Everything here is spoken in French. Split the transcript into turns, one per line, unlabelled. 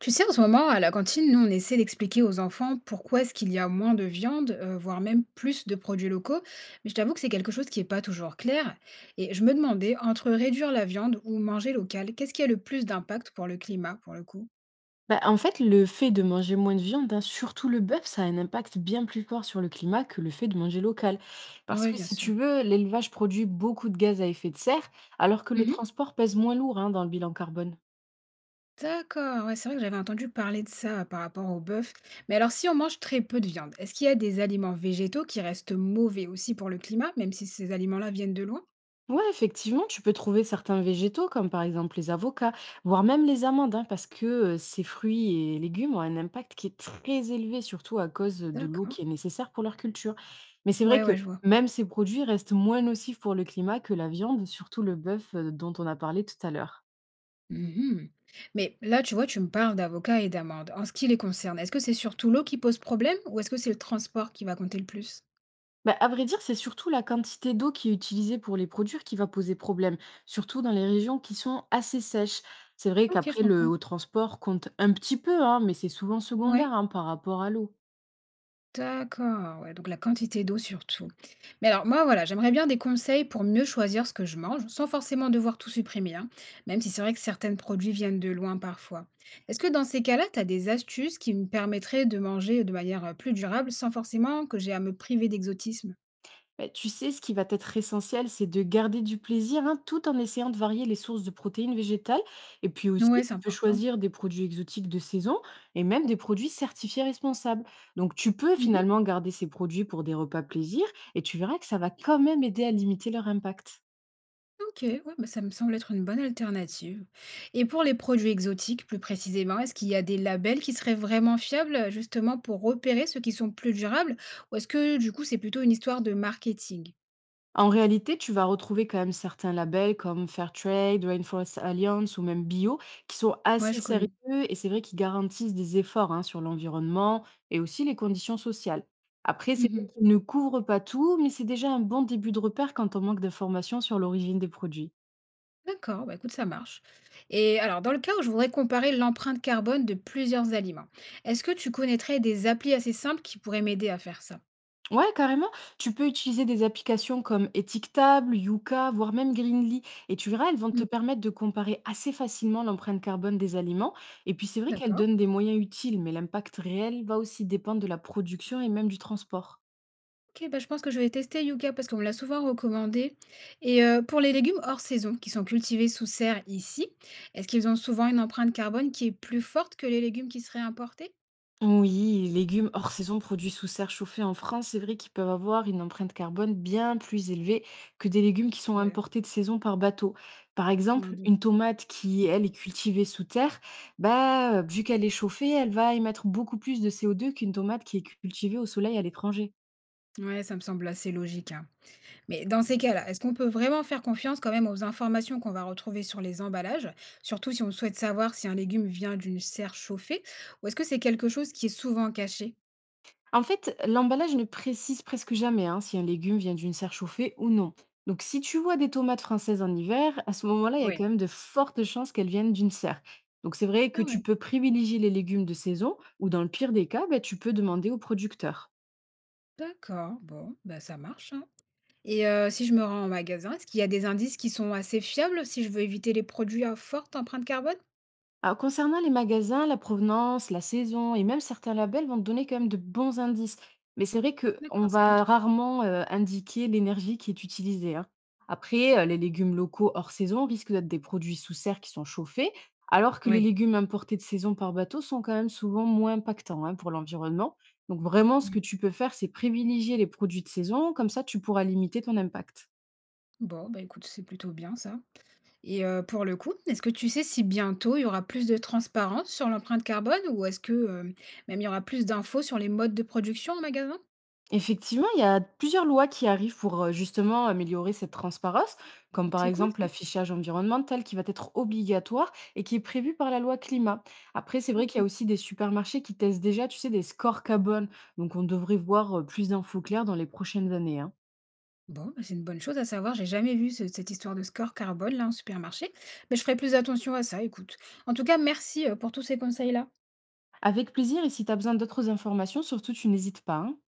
Tu sais, en ce moment, à la cantine, nous, on essaie d'expliquer aux enfants pourquoi est-ce qu'il y a moins de viande, voire même plus de produits locaux. Mais je t'avoue que c'est quelque chose qui n'est pas toujours clair. Et je me demandais, entre réduire la viande ou manger local, qu'est-ce qui a le plus d'impact pour le climat, pour le coup?
Bah, en fait, le fait de manger moins de viande, hein, surtout le bœuf, ça a un impact bien plus fort sur le climat que le fait de manger local. Parce
Oui,
que
bien
si
sûr.
tu veux, l'élevage produit beaucoup de gaz à effet de serre, alors que le
Mhm.
transport pèse moins lourd hein, dans le bilan carbone.
D'accord, ouais, c'est vrai que j'avais entendu parler de ça par rapport au bœuf. Mais alors, si on mange très peu de viande, est-ce qu'il y a des aliments végétaux qui restent mauvais aussi pour le climat, même si ces aliments-là viennent de loin?
Ouais, effectivement, tu peux trouver certains végétaux, comme par exemple les avocats, voire même les amandes, hein, parce que ces fruits et légumes ont un impact qui est très élevé, surtout à cause de l'eau
D'accord.
qui est nécessaire pour leur culture. Mais c'est vrai
Ouais,
que
ouais, je vois.
même ces produits restent moins nocifs pour le climat que la viande, surtout le bœuf dont on a parlé tout à l'heure.
Mmh. Mais là, tu vois, tu me parles d'avocats et d'amendes. En ce qui les concerne, est-ce que c'est surtout l'eau qui pose problème ou est-ce que c'est le transport qui va compter le plus?
Bah, à vrai dire, c'est surtout la quantité d'eau qui est utilisée pour les produire qui va poser problème, surtout dans les régions qui sont assez sèches. C'est vrai
OK, je
qu'après, le
comprends.
haut transport compte un petit peu, hein, mais c'est souvent secondaire
Ouais,
hein, par rapport à l'eau.
d'accord, ouais, donc la quantité d'eau surtout. Mais alors moi, voilà, j'aimerais bien des conseils pour mieux choisir ce que je mange, sans forcément devoir tout supprimer, hein, même si c'est vrai que certains produits viennent de loin parfois. Est-ce que dans ces cas-là, tu as des astuces qui me permettraient de manger de manière, plus durable sans forcément que j'ai à me priver d'exotisme?
Bah, tu sais, ce qui va être essentiel, c'est de garder du plaisir, hein, tout en essayant de varier les sources de protéines végétales. Et puis aussi,
Ouais, c'est
tu peux
important.
choisir des produits exotiques de saison et même des produits certifiés responsables. Donc, tu peux
Mmh.
finalement garder ces produits pour des repas plaisir et tu verras que ça va quand même aider à limiter leur impact.
OK, ouais, bah, ça me semble être une bonne alternative. Et pour les produits exotiques, plus précisément, est-ce qu'il y a des labels qui seraient vraiment fiables, justement, pour repérer ceux qui sont plus durables? Ou est-ce que, du coup, c'est plutôt une histoire de marketing?
En réalité, tu vas retrouver quand même certains labels comme Fairtrade, Rainforest Alliance ou même Bio qui sont
Ouais,
assez
je
sérieux
connais.
et c'est vrai qu'ils garantissent des efforts hein, sur l'environnement et aussi les conditions sociales. Après, c'est vrai
Mhm.
qu'ils ne couvrent pas tout, mais c'est déjà un bon début de repère quand on manque d'informations sur l'origine des produits.
D'accord, bah écoute, ça marche. Et alors, dans le cas où je voudrais comparer l'empreinte carbone de plusieurs aliments, est-ce que tu connaîtrais des applis assez simples qui pourraient m'aider à faire ça?
Ouais, carrément. Tu peux utiliser des applications comme Étiquetable, Yuka, voire même Greenly. Et tu verras, elles vont
Mm.
te permettre de comparer assez facilement l'empreinte carbone des aliments. Et puis c'est vrai qu'elles
D'accord.
donnent des moyens utiles, mais l'impact réel va aussi dépendre de la production et même du transport.
OK, bah, je pense que je vais tester Yucca parce qu'on me l'a souvent recommandé et pour les légumes hors saison qui sont cultivés sous serre ici, est-ce qu'ils ont souvent une empreinte carbone qui est plus forte que les légumes qui seraient importés?
Oui, les légumes hors saison produits sous serre chauffée en France, c'est vrai qu'ils peuvent avoir une empreinte carbone bien plus élevée que des légumes qui sont
Ouais,
importés de saison par bateau. Par
je m'en
exemple, une
doutais.
tomate qui, elle, est cultivée sous terre, vu qu'elle est chauffée, elle va émettre beaucoup plus de CO2 qu'une tomate qui est cultivée au soleil à l'étranger.
Ouais, ça me semble assez logique, hein. Mais dans ces cas-là, est-ce qu'on peut vraiment faire confiance quand même aux informations qu'on va retrouver sur les emballages? Surtout si on souhaite savoir si un légume vient d'une serre chauffée ou est-ce que c'est quelque chose qui est souvent caché?
En fait, l'emballage ne précise presque jamais hein, si un légume vient d'une serre chauffée ou non. Donc, si tu vois des tomates françaises en hiver, à ce moment-là, il y a
Ouais.
quand même de fortes chances qu'elles viennent d'une serre. Donc, c'est vrai
Ah
que
ouais.
tu peux privilégier les légumes de saison ou, dans le pire des cas, ben, tu peux demander au producteur.
D'accord, bon, bah, ça marche, hein. Et si je me rends en magasin, est-ce qu'il y a des indices qui sont assez fiables si je veux éviter les produits à forte empreinte carbone?
Alors, concernant les magasins, la provenance, la saison et même certains labels vont te donner quand même de bons indices. Mais c'est vrai
D'accord,
qu'on
c'est
va
plutôt.
rarement indiquer l'énergie qui est utilisée, hein. Après, les légumes locaux hors saison risquent d'être des produits sous serre qui sont chauffés, alors que les
Oui.
légumes importés de saison par bateau sont quand même souvent moins impactants hein, pour l'environnement. Donc vraiment, ce
Mmh.
que tu peux faire, c'est privilégier les produits de saison, comme ça tu pourras limiter ton impact.
Bon, bah, écoute, c'est plutôt bien ça. Et pour le coup, est-ce que tu sais si bientôt il y aura plus de transparence sur l'empreinte carbone ou est-ce que, même il y aura plus d'infos sur les modes de production en magasin?
Effectivement, il y a plusieurs lois qui arrivent pour justement améliorer cette transparence, comme par
C'est cool
exemple
ça.
l'affichage environnemental qui va être obligatoire et qui est prévu par la loi climat. Après, c'est vrai qu'il y a
OK.
aussi des supermarchés qui testent déjà, tu sais, des scores carbone. Donc, on devrait voir plus d'infos claires dans les prochaines années, hein.
Bon, bah, c'est une bonne chose à savoir, j'ai jamais vu ce cette histoire de score carbone là en supermarché, mais je ferai plus attention à ça écoute. En tout cas merci, pour tous ces conseils là.
Avec plaisir, et si tu as besoin d'autres informations, surtout, tu n'hésites pas, hein.